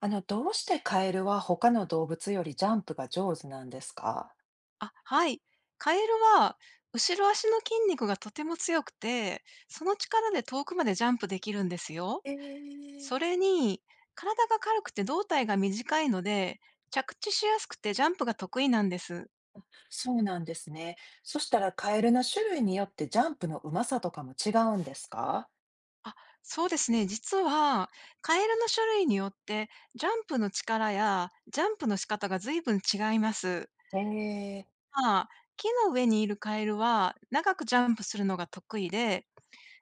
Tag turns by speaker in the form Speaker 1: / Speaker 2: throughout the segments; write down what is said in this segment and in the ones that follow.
Speaker 1: どうしてカエルは他の動物よりジャンプが上手なんですか？
Speaker 2: あ、はい。カエルは、後ろ足の筋肉がとても強くて、その力で遠くまでジャンプできるんですよ。
Speaker 1: えー、
Speaker 2: それに、体が軽くて胴体が短いので、着地しやすくてジャンプが得意なんです。
Speaker 1: そうなんですね。そしたらカエルの種類によってジャンプのうまさとかも違うんですか？
Speaker 2: あ、そうですね。実は、カエルの種類によって、ジャンプの力やジャンプの仕方が随分違います。
Speaker 1: ええ、
Speaker 2: まあ、木の上にいるカエルは、長くジャンプするのが得意で、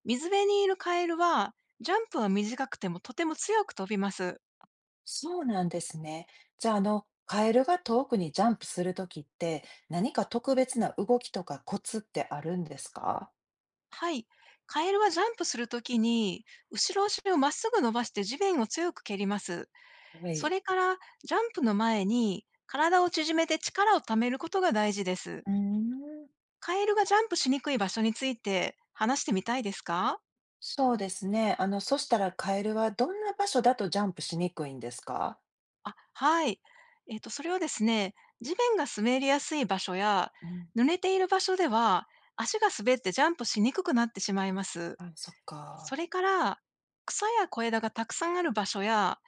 Speaker 2: 水辺にいるカエルは、ジャンプは短くてもとても強く飛びます。
Speaker 1: そうなんですね。じゃあ、カエルが遠くにジャンプするときって何か特別な動きとかコツってあるんですか？
Speaker 2: はい。カエルはジャンプするときに、後ろ足をまっすぐ伸ばして地面を強く蹴ります。
Speaker 1: は
Speaker 2: そ
Speaker 1: い。
Speaker 2: れから、ジャンプの前に体を縮めて力を貯めることが大事です。
Speaker 1: うーん、
Speaker 2: カエルがジャンプしにくい場所について話してみたいですか？
Speaker 1: そうですね。そしたらカエルはどんな場所だとジャンプしにくいんですか？
Speaker 2: あ、はい。それはですね、地面が滑りやすい場所や、
Speaker 1: うん、
Speaker 2: 濡れている場所では、足が滑ってジャンプしにくくなってしまいます。
Speaker 1: あ、そっ
Speaker 2: そ
Speaker 1: か。
Speaker 2: れから、草や小枝がたくさんある場所や、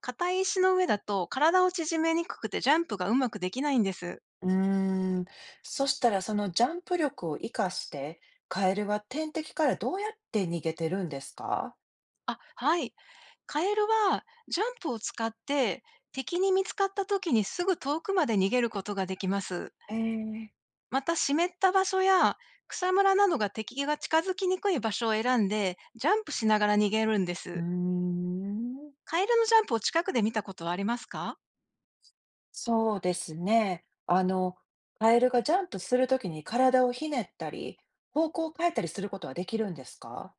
Speaker 2: 硬い石の上だと体を縮めにくくてジャンプがうまくできないんです。
Speaker 1: うーん、そしたらそのジャンプ力を活かして、カエルは天敵からどうやって逃げてるんですか？
Speaker 2: あ、はい。カエルはジャンプを使って敵に見つかった時にすぐ遠くまで逃げることができます。
Speaker 1: ええ。
Speaker 2: また湿った場所や草むらなどが敵が近づきにくい場所を選んでジャンプしながら逃げるんで
Speaker 1: うー
Speaker 2: す。
Speaker 1: ん、
Speaker 2: カエルのジャンプを近くで見たことはありますか？
Speaker 1: そうですね。カエルがジャンプするときに体をひねったり、方向を変えたりすることはできるんですか？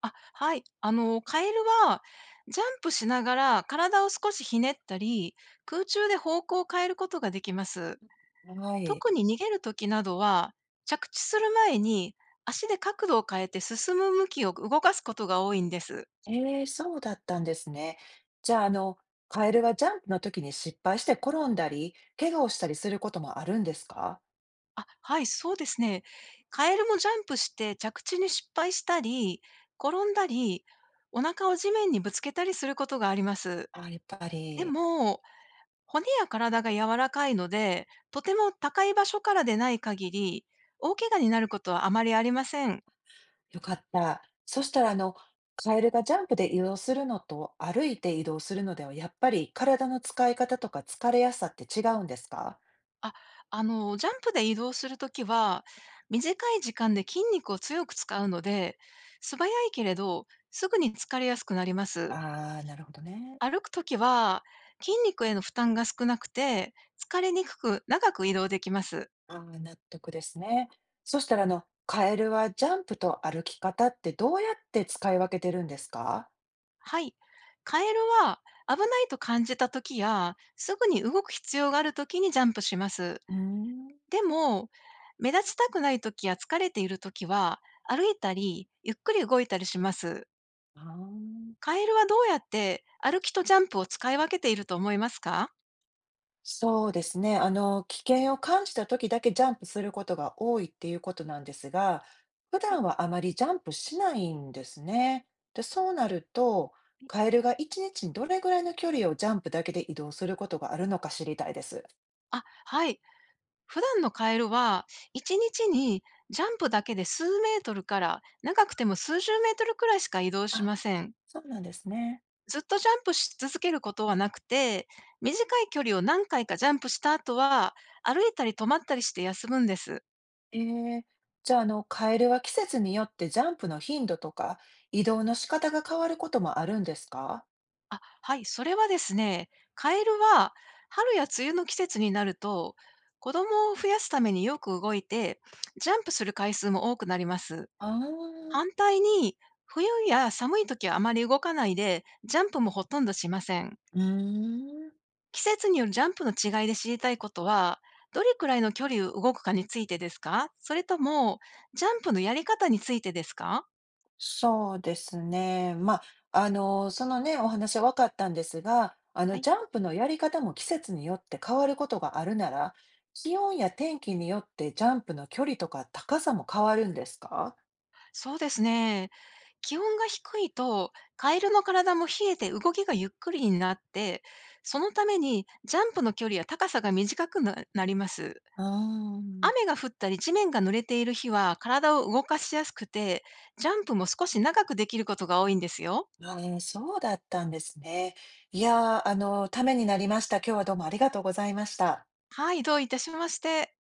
Speaker 2: あ、はい。カエルはジャンプしながら体を少しひねったり、空中で方向を変えることができます。
Speaker 1: はい。
Speaker 2: 特に逃げるときなどは、着地する前に足で角度を変えて進む向きを動かすことが多いんです。
Speaker 1: ええ、そうだったんですね。じゃあ、カエルはジャンプの時に失敗して転んだり、怪我をしたりすることもあるんですか？
Speaker 2: あ、はい、そうですね。カエルもジャンプして着地に失敗したり、転んだり、お腹を地面にぶつけたりすることがあります。
Speaker 1: あ、やっぱ
Speaker 2: で
Speaker 1: り。
Speaker 2: も、骨や体が柔らかいので、とても高い場所からでない限り、大怪我になることはあまりありません。
Speaker 1: よかった。そしたら、カエルがジャンプで移動するのと歩いて移動するのでは、やっぱり体の使い方とか疲れやすさって違うんですか？
Speaker 2: あ、ジャンプで移動するときは、短い時間で筋肉を強く使うので、素早いけれど、すぐに疲れやすくなります。
Speaker 1: ああー、なるほどね。
Speaker 2: 歩くときは、筋肉への負担が少なくて、疲れにくく長く移動できます。
Speaker 1: ああ、納得ですね。そしたら、カエルはジャンプと歩き方ってどうやって使い分けてるんですか？
Speaker 2: はい。カエルは、危ないと感じたときや、すぐに動く必要があるときにジャンプします。
Speaker 1: うーん。
Speaker 2: でも、目立ちたくない時や疲れている時は、歩いたり、ゆっくり動いたりします。
Speaker 1: ああ。
Speaker 2: カエルはどうやって歩きとジャンプを使い分けていると思いますか？
Speaker 1: そうですね。危険を感じた時だけジャンプすることが多いっていうことなんですが、普
Speaker 2: は
Speaker 1: 段
Speaker 2: い。
Speaker 1: はあまりジャンプしないんですね。で、そうなると、カエルが1日にちにどれぐらいの距離をジャンプだけで移動することがあるのか知りたいです。
Speaker 2: あ、はい。普段のカエルは、1日にちにジャンプだけで数メートルから、長くても数十メートルくらいしか移動し
Speaker 1: あ、
Speaker 2: ません。
Speaker 1: そうなんですね。
Speaker 2: ずっとジャンプし続けることはなくて、短い距離を何回かジャンプした後は、歩いたり止まったりして休むんです。
Speaker 1: えー、じゃあ、カエルは季節によってジャンプの頻度とか移動の仕方が変わることもあるんですか？
Speaker 2: あ、はい、それはですね、カエルは春や梅雨の季節になると、子供を増やすためによく動いて、ジャンプする回数も多くなります。
Speaker 1: ああー、
Speaker 2: 反対に、冬や寒い時はあまり動かないで、ジャンプもほとんどしません。
Speaker 1: うーん。
Speaker 2: 季節によるジャンプの違いで知りたいことは、どれくらいの距離を動くかについてですか？それとも、ジャンプのやり方についてですか？
Speaker 1: そうですね。まあ、お話は分かったんですが、
Speaker 2: はい。
Speaker 1: ジャンプのやり方も季節によって変わることがあるなら、気温や天気によってジャンプの距離とか高さも変わるんですか？
Speaker 2: そうですね。気温が低いと、カエルの体も冷えて動きがゆっくりになって、そのためにジャンプの距離や高さが短くななります。
Speaker 1: うーん。
Speaker 2: 雨が降ったり地面が濡れている日は体を動かしやすくて、ジャンプも少し長くできることが多いんですよ。
Speaker 1: あー、えそうだったんですね。いやー、ためになりました。今日はどうもありがとうございました。
Speaker 2: はい、どういたしまして。